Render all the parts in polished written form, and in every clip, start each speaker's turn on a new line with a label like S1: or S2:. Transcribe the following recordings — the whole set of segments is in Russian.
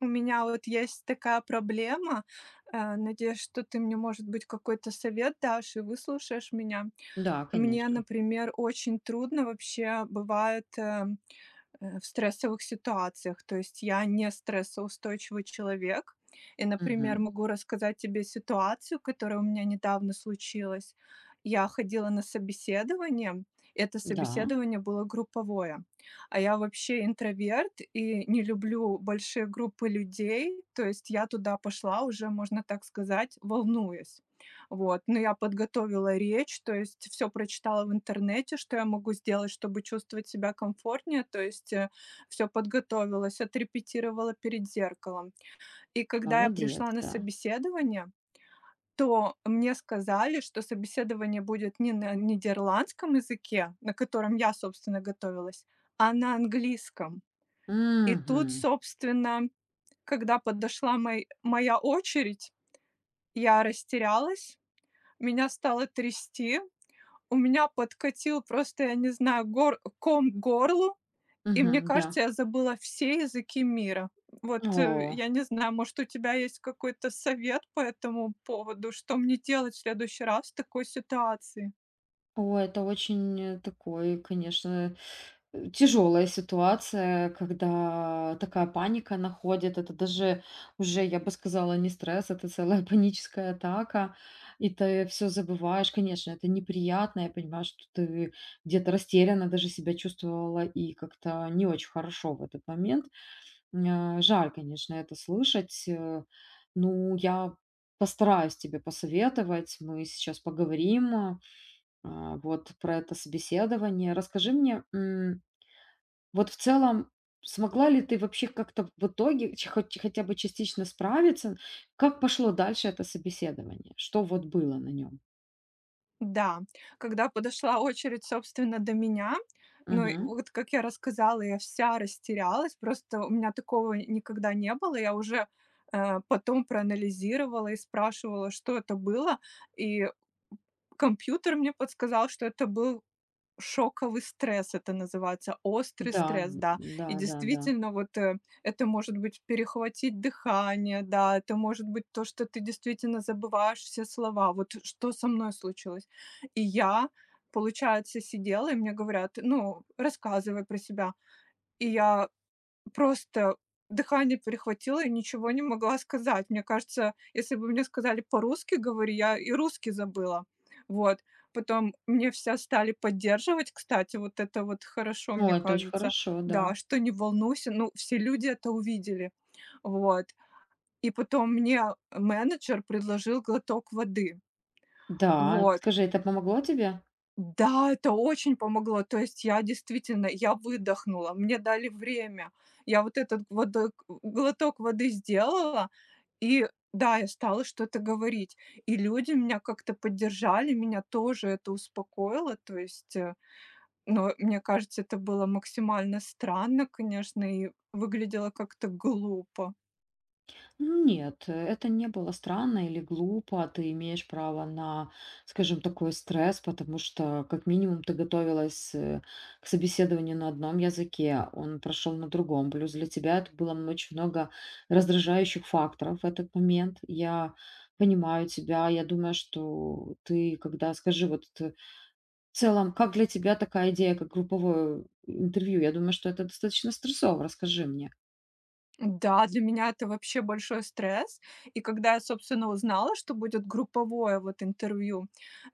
S1: У меня вот есть такая проблема. Надеюсь, что ты мне, может быть, какой-то совет дашь и выслушаешь меня.
S2: Да,
S1: Мне,
S2: конечно.
S1: например, очень трудно вообще бывает в стрессовых ситуациях. То есть я не стрессоустойчивый человек. И, например,
S2: Мгм.
S1: могу рассказать тебе ситуацию, которая у меня недавно случилась. Я ходила на собеседование, и это
S2: Да,
S1: собеседование было групповое. А я вообще интроверт и не люблю большие группы людей, то есть я туда пошла уже, можно так сказать, волнуясь. Вот, но я подготовила речь, то есть все прочитала в интернете, что я могу сделать, чтобы чувствовать себя комфортнее, то есть, все подготовилась, отрепетировала перед зеркалом. И когда я
S2: молодец,
S1: пришла на
S2: да.
S1: собеседование, то мне сказали, что собеседование будет не на нидерландском языке, на котором я, собственно, готовилась, а на английском. И тут,
S2: Мгм.
S1: собственно, когда подошла мой моя очередь, я растерялась, меня стало трясти. У меня подкатил просто, я не знаю, гор ком к горлу, и мне
S2: Мгм, да.
S1: кажется, я забыла все языки мира. Вот,
S2: О,
S1: я не знаю, может, у тебя есть какой-то совет по этому поводу, что мне делать в следующий раз в такой ситуации?
S2: о, это очень, такой, конечно, тяжелая ситуация, когда такая паника находит. Это даже уже, я бы сказала, не стресс, это целая паническая атака. И ты все забываешь. Конечно, это неприятно. Я понимаю, что ты где-то растерянно даже себя чувствовала и как-то не очень хорошо в этот момент. Ня жаль, конечно, это слышать. Ну, я постараюсь тебе посоветовать. Мы сейчас поговорим, вот про это собеседование. Расскажи мне, вот в целом, смогла ли ты вообще как-то в итоге ч хоть хотя бы частично справиться? Как пошло дальше это собеседование? Что вот было на нем?
S1: Да, когда подошла очередь, собственно, до меня, ну, и вот, как я рассказала, я вся растерялась, просто у меня такого никогда не было. Я уже, потом проанализировала и спрашивала, что это было, и компьютер мне подсказал, что это был шоковый стресс, это называется, острый
S2: Да,
S1: стресс, да. И
S2: да-да-да.
S1: действительно, вот, это может быть перехватить дыхание, да, это может быть то, что ты действительно забываешь все слова. Вот что со мной случилось. И я, получается, сидела, и мне говорят: "Ну, рассказывай про себя". И я просто дыхание перехватило и ничего не могла сказать. Мне кажется, если бы мне сказали по-русски говори, я и русский забыла. Вот. Потом мне все стали поддерживать, кстати, вот это вот хорошо,
S2: О,
S1: мне
S2: это очень
S1: кажется.
S2: хорошо, да.
S1: Да, что не волнуйся, ну, все люди это увидели. Вот. И потом мне менеджер предложил глоток воды.
S2: Да,
S1: Вот.
S2: скажи, это помогло тебе?
S1: Да, это очень помогло. То есть я действительно, я выдохнула, мне дали время. Я вот этот водой глоток воды сделала, и да, я стала что-то говорить. И люди меня как-то поддержали, меня тоже это успокоило. То есть, но мне кажется, это было максимально странно, конечно, и выглядело как-то глупо.
S2: Нет, это не было странно или глупо. Ты имеешь право на, скажем, такой стресс, потому что как минимум ты готовилась к собеседованию на одном языке, он прошел на другом. Плюс для тебя это было очень много раздражающих факторов в этот момент. Я понимаю тебя. Я думаю, что ты, когда скажи, вот в целом, как для тебя такая идея, как групповое интервью? Я думаю, что это достаточно стрессово. Расскажи мне.
S1: Да, для меня это вообще большой стресс. И когда я, собственно, узнала, что будет групповое вот интервью,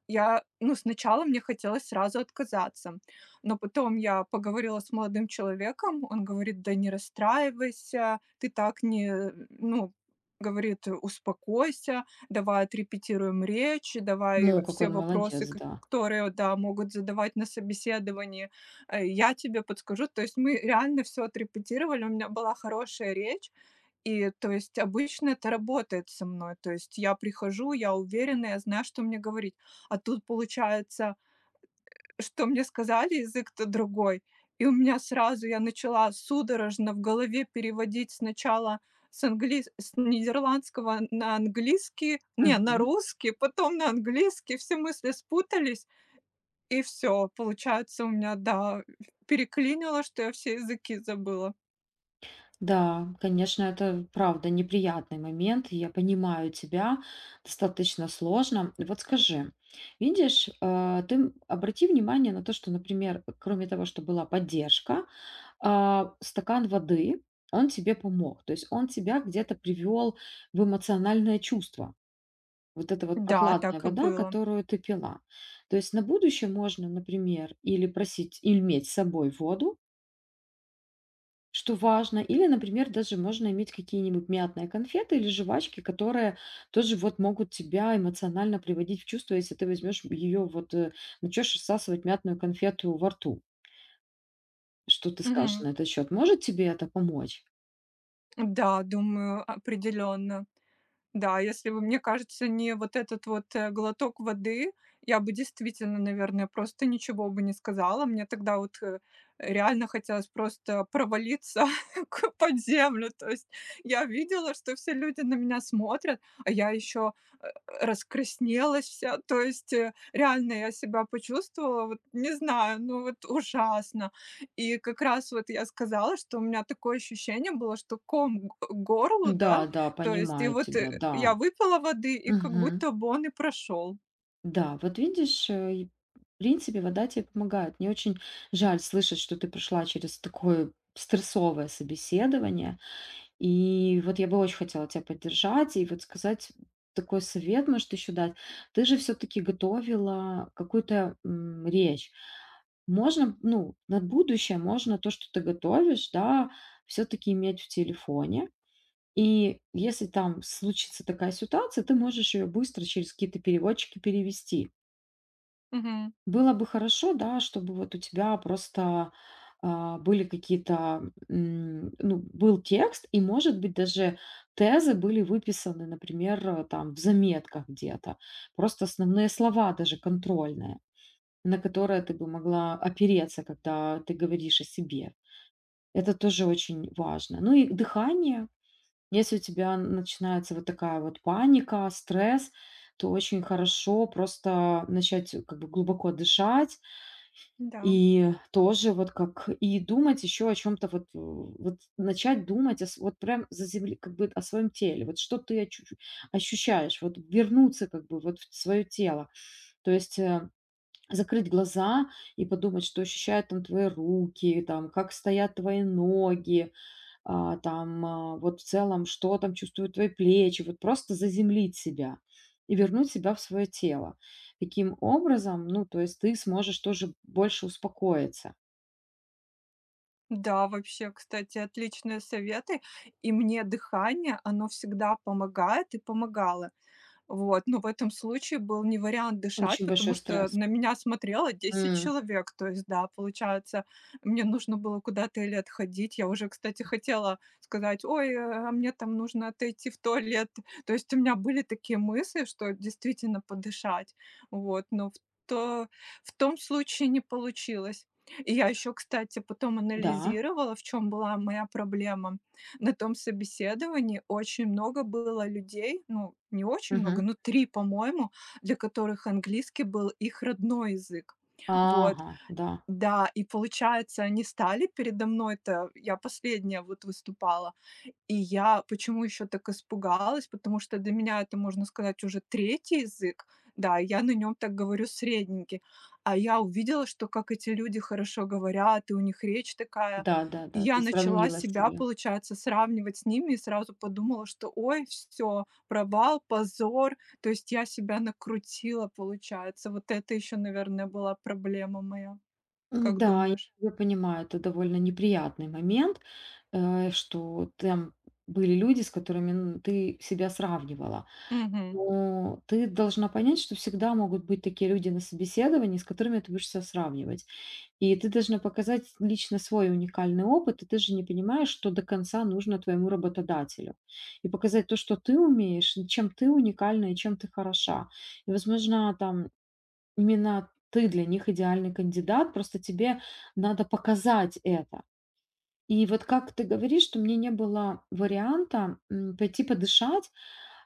S1: я, ну, сначала мне хотелось сразу отказаться, но потом я поговорила с молодым человеком. Он говорит: "Да не расстраивайся, ты так не, ну, говорит, успокойся, давай отрепетируем речь, давай
S2: Ну, какой
S1: все
S2: он
S1: вопросы,
S2: молодец,
S1: ко
S2: да.
S1: которые, да, могут задавать на собеседовании, я тебе подскажу". То есть мы реально все отрепетировали, у меня была хорошая речь. И, то есть, обычно это работает со мной. То есть я прихожу, я уверена, я знаю, что мне говорить. А тут получается, что мне сказали, язык-то другой. И у меня сразу я начала судорожно в голове переводить сначала с нидерландского на английский, не, на
S2: Мгм.
S1: русский, потом на английский, все мысли спутались, и все, получается, у меня, да, переклинило, что я все языки забыла.
S2: Да, конечно, это правда неприятный момент. Я понимаю тебя, достаточно сложно. Вот скажи, видишь, ты обрати внимание на то, что, например, кроме того, что была поддержка, стакан воды, он тебе помог. То есть он тебя где-то привел в эмоциональное чувство. Вот эта вот
S1: Да,
S2: прохладная
S1: так и
S2: вода,
S1: было.
S2: которую ты пила. То есть на будущее можно, например, или просить, или иметь с собой воду, что важно. Или, например, даже можно иметь какие-нибудь мятные конфеты или жвачки, которые тоже вот могут тебя эмоционально приводить в чувство, если ты возьмешь ее, вот начнешь всасывать мятную конфету во рту. Что ты скажешь на
S1: Мгм.
S2: этот счет? Может тебе это помочь?
S1: Да, думаю, определенно. Да, если бы, мне кажется, не вот этот вот, глоток воды, я бы действительно, наверное, просто ничего бы не сказала. Мне тогда вот, реально хотелось просто провалиться к под землю. То есть я видела, что все люди на меня смотрят, а я еще, э, раскраснелась вся. То есть, реально я себя почувствовала, вот не знаю, ну вот ужасно. И как раз вот я сказала, что у меня такое ощущение было, что ком к горлу, да,
S2: Да, да,
S1: то есть, и
S2: понимаю
S1: вот,
S2: тебя, да.
S1: я выпила воды, и как
S2: Мгм.
S1: будто бы он и прошел.
S2: Да, вот видишь, и в принципе, вода тебе помогает. Мне очень жаль слышать, что ты прошла через такое стрессовое собеседование. И вот я бы очень хотела тебя поддержать и вот сказать такой совет, может, еще дать. Ты же все-таки готовила какую-то речь. Можно, ну, на будущее можно то, что ты готовишь, да, все-таки иметь в телефоне. И если там случится такая ситуация, ты можешь ее быстро через какие-то переводчики перевести.
S1: Мгм.
S2: Было бы хорошо, да, чтобы вот у тебя просто, были какие-то, ну, был текст, и, может быть, даже тезы были выписаны, например, там в заметках где-то. Просто основные слова даже контрольные, на которые ты бы могла опереться, когда ты говоришь о себе. Это тоже очень важно. Ну и дыхание. Если у тебя начинается вот такая вот паника, стресс, то очень хорошо просто начать как бы глубоко дышать,
S1: Да.
S2: и тоже вот как и думать еще о чем то вот, вот начать думать о с вот прям заземли как бы о своем теле. Вот что ты очу ощущаешь, вот вернуться как бы вот в свое тело. То есть, закрыть глаза и подумать, что ощущают там твои руки, там, как стоят твои ноги, вот в целом, что там чувствуют твои плечи. Вот просто заземлить себя и вернуть себя в свое тело. Таким образом, ну, то есть ты сможешь тоже больше успокоиться.
S1: Да, вообще, кстати, отличные советы. И мне дыхание, оно всегда помогает и помогало. Вот, но в этом случае был не вариант дышать,
S2: Очень
S1: потому
S2: большой
S1: что
S2: стресс.
S1: на меня смотрело десять
S2: М,
S1: человек. То есть, да, получается, мне нужно было куда-то или отходить. Я уже, кстати, хотела сказать, ой, а мне там нужно отойти в туалет. То есть у меня были такие мысли, что действительно подышать. Вот, но в, то, в том случае не получилось. И я еще, кстати, потом
S2: да,
S1: анализировала, в чем была моя проблема. На том собеседовании очень много было людей, ну, не очень
S2: мгм.
S1: много, но 3, по-моему, для которых английский был их родной язык. Вот,
S2: Ага, да.
S1: да, и получается, они стали передо мной-то, я последняя вот выступала, и я почему еще так испугалась, потому что для меня это, можно сказать, уже третий язык. Да, я на нем так говорю средненький. А я увидела, что как эти люди хорошо говорят, и у них речь такая. И
S2: Да-да-да, ты
S1: я начала
S2: сравнила
S1: себя,
S2: себя.
S1: получается, сравнивать с ними и сразу подумала, что ой, все, провал, позор. То есть я себя накрутила, получается. Вот это еще, наверное, была проблема моя. Как
S2: М-да, я
S1: думаешь?
S2: тебя понимаю, это довольно неприятный момент, что там были люди, с которыми, н ты себя сравнивала.
S1: Мгм.
S2: Ну, ты должна понять, что всегда могут быть такие люди на собеседовании, с которыми ты будешь себя сравнивать. И ты должна показать лично свой уникальный опыт, и ты же не понимаешь, что до конца нужно твоему работодателю. И показать то, что ты умеешь, и чем ты уникальна и чем ты хороша. И, возможно, там именно ты для них идеальный кандидат, просто тебе надо показать это. И вот как ты говоришь, что мне не было варианта пойти подышать,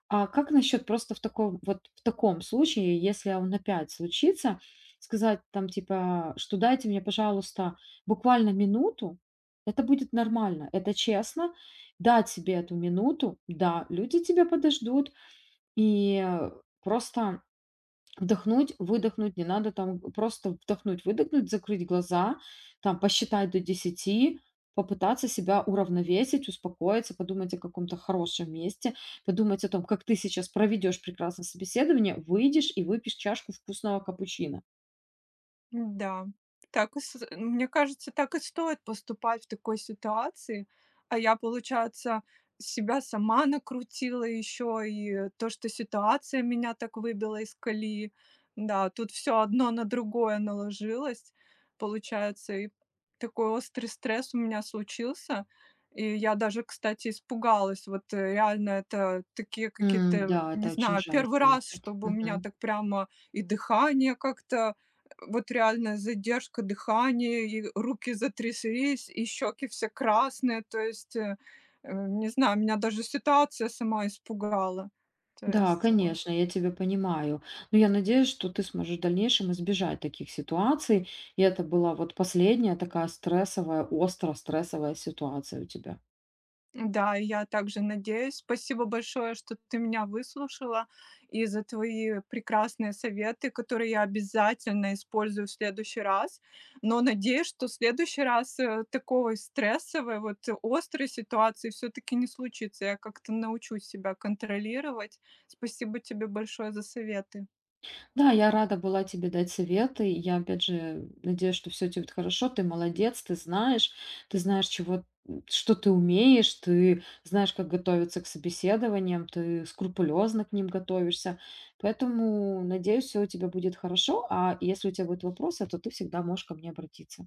S2: а как насчет просто в таком случае, если он опять случится, сказать там типа, что дайте мне, пожалуйста, буквально минуту, это будет нормально, это честно. Дать себе эту минуту, да, люди тебя подождут, и просто не надо там просто вдохнуть, выдохнуть, закрыть глаза, там посчитать до 10, попытаться себя уравновесить, успокоиться, подумать о каком-то хорошем месте, подумать о том, как ты сейчас проведешь прекрасное собеседование, выйдешь и выпьешь чашку вкусного капучино.
S1: Да, так и с мне кажется, так и стоит поступать в такой ситуации. А я, получается, себя сама накрутила еще, и то, что ситуация меня так выбила из колеи. Да, тут все одно на другое наложилось, получается, и такой острый стресс у меня случился. И я даже, кстати, испугалась. Вот, реально это такие какие-то,
S2: Да, это
S1: не
S2: очень
S1: знаю,
S2: жаль
S1: первый раз,
S2: слышать.
S1: чтобы у меня
S2: Мгм.
S1: так прямо и дыхание как-то вот реально задержка дыхания, и руки затряслись, и щеки все красные. То есть, не знаю, меня даже ситуация сама испугала. То
S2: Да,
S1: есть вот.
S2: конечно, я тебя понимаю. Но я надеюсь, что ты сможешь в дальнейшем избежать таких ситуаций. И это была вот последняя такая стрессовая, остро стрессовая ситуация у тебя.
S1: Да, и я также надеюсь. Спасибо большое, что ты меня выслушала и за твои прекрасные советы, которые я обязательно использую в следующий раз. Но надеюсь, что в следующий раз такой стрессовой, вот острой ситуации все-таки не случится. Я как-то научусь себя контролировать. Спасибо тебе большое за советы.
S2: Да, я рада была тебе дать советы. Я, опять же, надеюсь, что все тебе будет хорошо. Ты молодец, ты знаешь, чего, что ты умеешь, ты знаешь, как готовиться к собеседованиям, ты скрупулезно к ним готовишься. Поэтому, надеюсь, все у тебя будет хорошо, а если у тебя будут вопросы, то ты всегда можешь ко мне обратиться.